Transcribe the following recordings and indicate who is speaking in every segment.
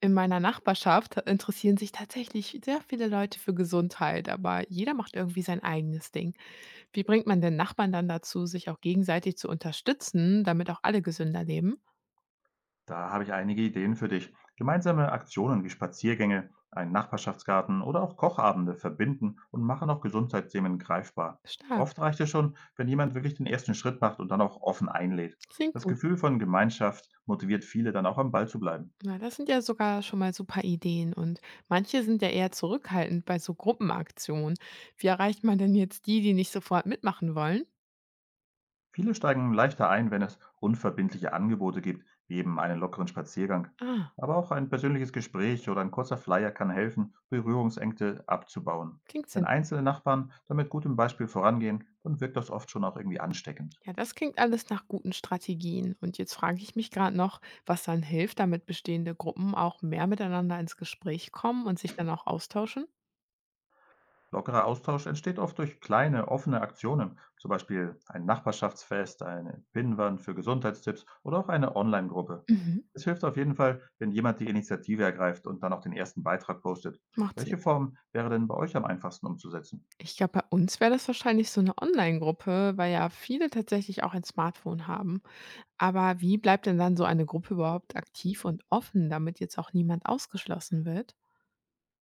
Speaker 1: In meiner Nachbarschaft interessieren sich tatsächlich sehr viele Leute für Gesundheit, aber jeder macht irgendwie sein eigenes Ding. Wie bringt man denn Nachbarn dann dazu, sich auch gegenseitig zu unterstützen, damit auch alle gesünder leben?
Speaker 2: Da habe ich einige Ideen für dich. Gemeinsame Aktionen wie Spaziergänge, einen Nachbarschaftsgarten oder auch Kochabende verbinden und machen auch Gesundheitsthemen greifbar.
Speaker 1: Stark,
Speaker 2: Oft reicht es schon, wenn jemand wirklich den ersten Schritt macht und dann auch offen einlädt.
Speaker 1: klingt
Speaker 2: Das
Speaker 1: gut.
Speaker 2: Gefühl von Gemeinschaft motiviert viele dann auch am Ball zu bleiben.
Speaker 1: Na, das sind ja sogar schon mal super Ideen und manche sind ja eher zurückhaltend bei so Gruppenaktionen. Wie erreicht man denn jetzt die, die nicht sofort mitmachen wollen?
Speaker 2: Viele steigen leichter ein, wenn es unverbindliche Angebote gibt, wie eben einen lockeren Spaziergang.
Speaker 1: Ah,
Speaker 2: Aber auch ein persönliches Gespräch oder ein kurzer Flyer kann helfen, Berührungsängste abzubauen.
Speaker 1: klingt
Speaker 2: Wenn
Speaker 1: sinnvoll.
Speaker 2: einzelne Nachbarn damit gutem Beispiel vorangehen, dann wirkt das oft schon auch irgendwie ansteckend.
Speaker 1: Ja, das klingt alles nach guten Strategien. Und jetzt frage ich mich gerade noch, was dann hilft, damit bestehende Gruppen auch mehr miteinander ins Gespräch kommen und sich dann auch austauschen?
Speaker 2: Lockerer Austausch entsteht oft durch kleine, offene Aktionen, zum Beispiel ein Nachbarschaftsfest, eine Pinnwand für Gesundheitstipps oder auch eine Online-Gruppe.
Speaker 1: Mhm.
Speaker 2: Es hilft auf jeden Fall, wenn jemand die Initiative ergreift und dann auch den ersten Beitrag postet.
Speaker 1: Macht Sinn.
Speaker 2: Welche Form wäre denn bei euch am einfachsten umzusetzen?
Speaker 1: Ich glaube, bei uns wäre das wahrscheinlich so eine Online-Gruppe, weil ja viele tatsächlich auch ein Smartphone haben. Aber wie bleibt denn dann so eine Gruppe überhaupt aktiv und offen, damit jetzt auch niemand ausgeschlossen wird?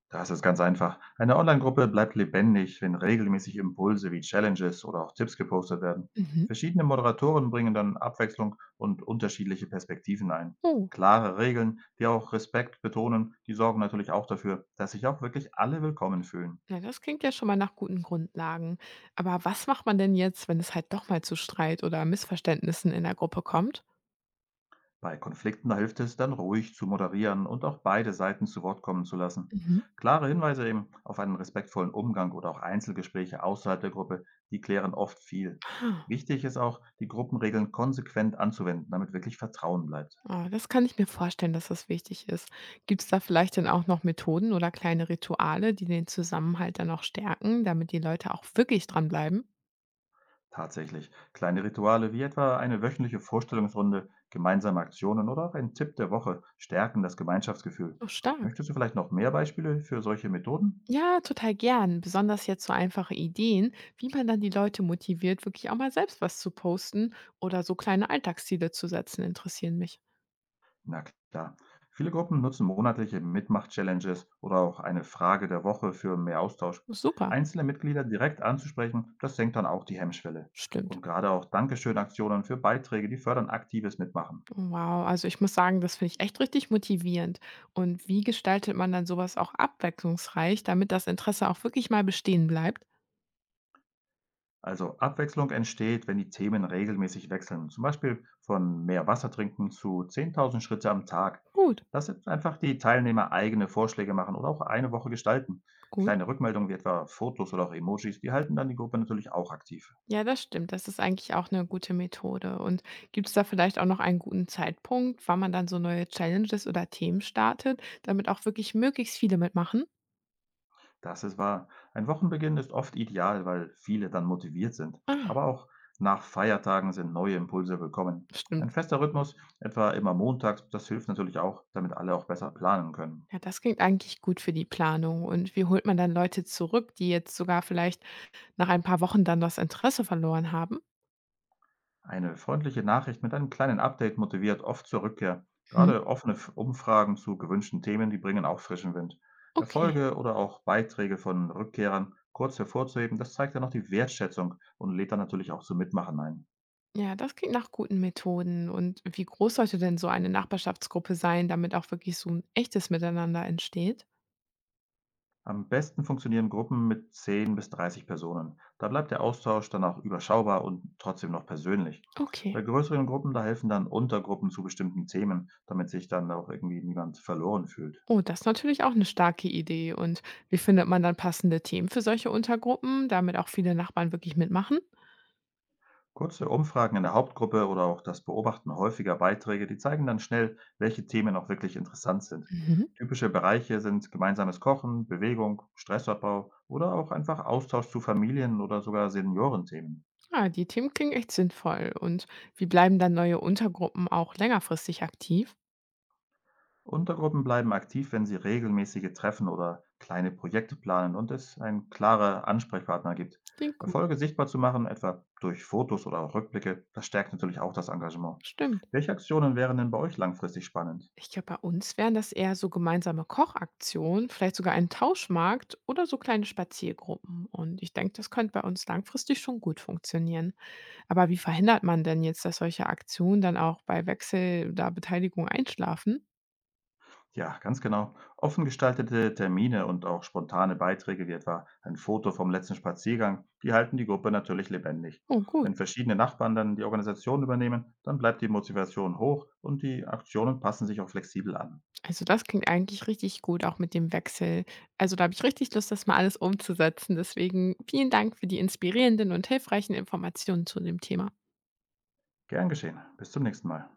Speaker 2: Das ist ganz einfach. Eine Online-Gruppe bleibt lebendig, wenn regelmäßig Impulse wie Challenges oder auch Tipps gepostet werden.
Speaker 1: Mhm.
Speaker 2: Verschiedene Moderatoren bringen dann Abwechslung und unterschiedliche Perspektiven ein.
Speaker 1: Oh.
Speaker 2: Klare Regeln, die auch Respekt betonen, die sorgen natürlich auch dafür, dass sich auch wirklich alle willkommen fühlen.
Speaker 1: Na, das klingt ja schon mal nach guten Grundlagen. Aber was macht man denn jetzt, wenn es halt doch mal zu Streit oder Missverständnissen in der Gruppe kommt?
Speaker 2: Bei Konflikten hilft es dann ruhig zu moderieren und auch beide Seiten zu Wort kommen zu lassen.
Speaker 1: Mhm.
Speaker 2: Klare Hinweise eben auf einen respektvollen Umgang oder auch Einzelgespräche außerhalb der Gruppe, die klären oft viel.
Speaker 1: Ah,
Speaker 2: Wichtig ist auch, die Gruppenregeln konsequent anzuwenden, damit wirklich Vertrauen bleibt.
Speaker 1: ah, das kann ich mir vorstellen, dass das wichtig ist. Gibt es da vielleicht dann auch noch Methoden oder kleine Rituale, die den Zusammenhalt dann noch stärken, damit die Leute auch wirklich dranbleiben?
Speaker 2: Tatsächlich. Kleine Rituale wie etwa eine wöchentliche Vorstellungsrunde, gemeinsame Aktionen oder auch ein Tipp der Woche stärken das Gemeinschaftsgefühl.
Speaker 1: Oh, stark.
Speaker 2: Möchtest du vielleicht noch mehr Beispiele für solche Methoden?
Speaker 1: Ja, total gern. Besonders jetzt so einfache Ideen, wie man dann die Leute motiviert, wirklich auch mal selbst was zu posten oder so kleine Alltagsziele zu setzen, interessieren mich.
Speaker 2: Na klar. Viele Gruppen nutzen monatliche Mitmach-Challenges oder auch eine Frage der Woche für mehr Austausch.
Speaker 1: Super,
Speaker 2: Einzelne Mitglieder direkt anzusprechen, das senkt dann auch die Hemmschwelle.
Speaker 1: stimmt.
Speaker 2: Und gerade auch Dankeschön-Aktionen für Beiträge, die fördern aktives Mitmachen.
Speaker 1: Wow, also ich muss sagen, das finde ich echt richtig motivierend. Und wie gestaltet man dann sowas auch abwechslungsreich, damit das Interesse auch wirklich mal bestehen bleibt?
Speaker 2: Also Abwechslung entsteht, wenn die Themen regelmäßig wechseln. Zum Beispiel von mehr Wasser trinken zu 10.000 Schritte am Tag.
Speaker 1: Gut,
Speaker 2: Das sind einfach die Teilnehmer eigene Vorschläge machen oder auch eine Woche gestalten.
Speaker 1: gut.
Speaker 2: Kleine Rückmeldungen wie etwa Fotos oder auch Emojis, die halten dann die Gruppe natürlich auch aktiv.
Speaker 1: Ja, das stimmt. Das ist eigentlich auch eine gute Methode. Und gibt es da vielleicht auch noch einen guten Zeitpunkt, wann man dann so neue Challenges oder Themen startet, damit auch wirklich möglichst viele mitmachen?
Speaker 2: Das ist wahr. Ein Wochenbeginn ist oft ideal, weil viele dann motiviert sind.
Speaker 1: Ah,
Speaker 2: Aber auch nach Feiertagen sind neue Impulse willkommen. Ein
Speaker 1: stimmt.
Speaker 2: fester Rhythmus, etwa immer montags, das hilft natürlich auch, damit alle auch besser planen können.
Speaker 1: Ja, das klingt eigentlich gut für die Planung. Und wie holt man dann Leute zurück, die jetzt sogar vielleicht nach ein paar Wochen dann das Interesse verloren haben?
Speaker 2: Eine freundliche Nachricht mit einem kleinen Update motiviert oft zur Rückkehr.
Speaker 1: Hm.
Speaker 2: Gerade offene Umfragen zu gewünschten Themen, die bringen auch frischen Wind.
Speaker 1: Okay.
Speaker 2: Erfolge oder auch Beiträge von Rückkehrern kurz hervorzuheben, das zeigt ja noch die Wertschätzung und lädt dann natürlich auch zum Mitmachen ein.
Speaker 1: Ja, das klingt nach guten Methoden. Und wie groß sollte denn so eine Nachbarschaftsgruppe sein, damit auch wirklich so ein echtes Miteinander entsteht?
Speaker 2: Am besten funktionieren Gruppen mit 10 bis 30 Personen. Da bleibt der Austausch dann auch überschaubar und trotzdem noch persönlich.
Speaker 1: Okay.
Speaker 2: Bei größeren Gruppen, da helfen dann Untergruppen zu bestimmten Themen, damit sich dann auch irgendwie niemand verloren fühlt.
Speaker 1: Oh, das ist natürlich auch eine starke Idee. Und wie findet man dann passende Themen für solche Untergruppen, damit auch viele Nachbarn wirklich mitmachen?
Speaker 2: Kurze Umfragen in der Hauptgruppe oder auch das Beobachten häufiger Beiträge, die zeigen dann schnell, welche Themen auch wirklich interessant sind.
Speaker 1: Mhm.
Speaker 2: Typische Bereiche sind gemeinsames Kochen, Bewegung, Stressabbau oder auch einfach Austausch zu Familien- oder sogar Seniorenthemen.
Speaker 1: Ah, die Themen klingen echt sinnvoll. Und wie bleiben dann neue Untergruppen auch längerfristig aktiv?
Speaker 2: Untergruppen bleiben aktiv, wenn sie regelmäßige Treffen oder kleine Projekte planen und es einen klaren Ansprechpartner gibt.
Speaker 1: Klingt gut.
Speaker 2: Erfolge sichtbar zu machen, etwa durch Fotos oder Rückblicke, das stärkt natürlich auch das Engagement.
Speaker 1: Stimmt.
Speaker 2: Welche Aktionen wären denn bei euch langfristig spannend?
Speaker 1: Ich glaube, bei uns wären das eher so gemeinsame Kochaktionen, vielleicht sogar ein Tauschmarkt oder so kleine Spaziergruppen. Und ich denke, das könnte bei uns langfristig schon gut funktionieren. Aber wie verhindert man denn jetzt, dass solche Aktionen dann auch bei Wechsel der Beteiligung einschlafen?
Speaker 2: Ja, ganz genau. Offen gestaltete Termine und auch spontane Beiträge wie etwa ein Foto vom letzten Spaziergang, die halten die Gruppe natürlich lebendig.
Speaker 1: Oh, gut.
Speaker 2: Wenn verschiedene Nachbarn dann die Organisation übernehmen, dann bleibt die Motivation hoch und die Aktionen passen sich auch flexibel an.
Speaker 1: Also das klingt eigentlich richtig gut, auch mit dem Wechsel. Also da habe ich richtig Lust, das mal alles umzusetzen. Deswegen vielen Dank für die inspirierenden und hilfreichen Informationen zu dem Thema.
Speaker 2: Gern geschehen. Bis zum nächsten Mal.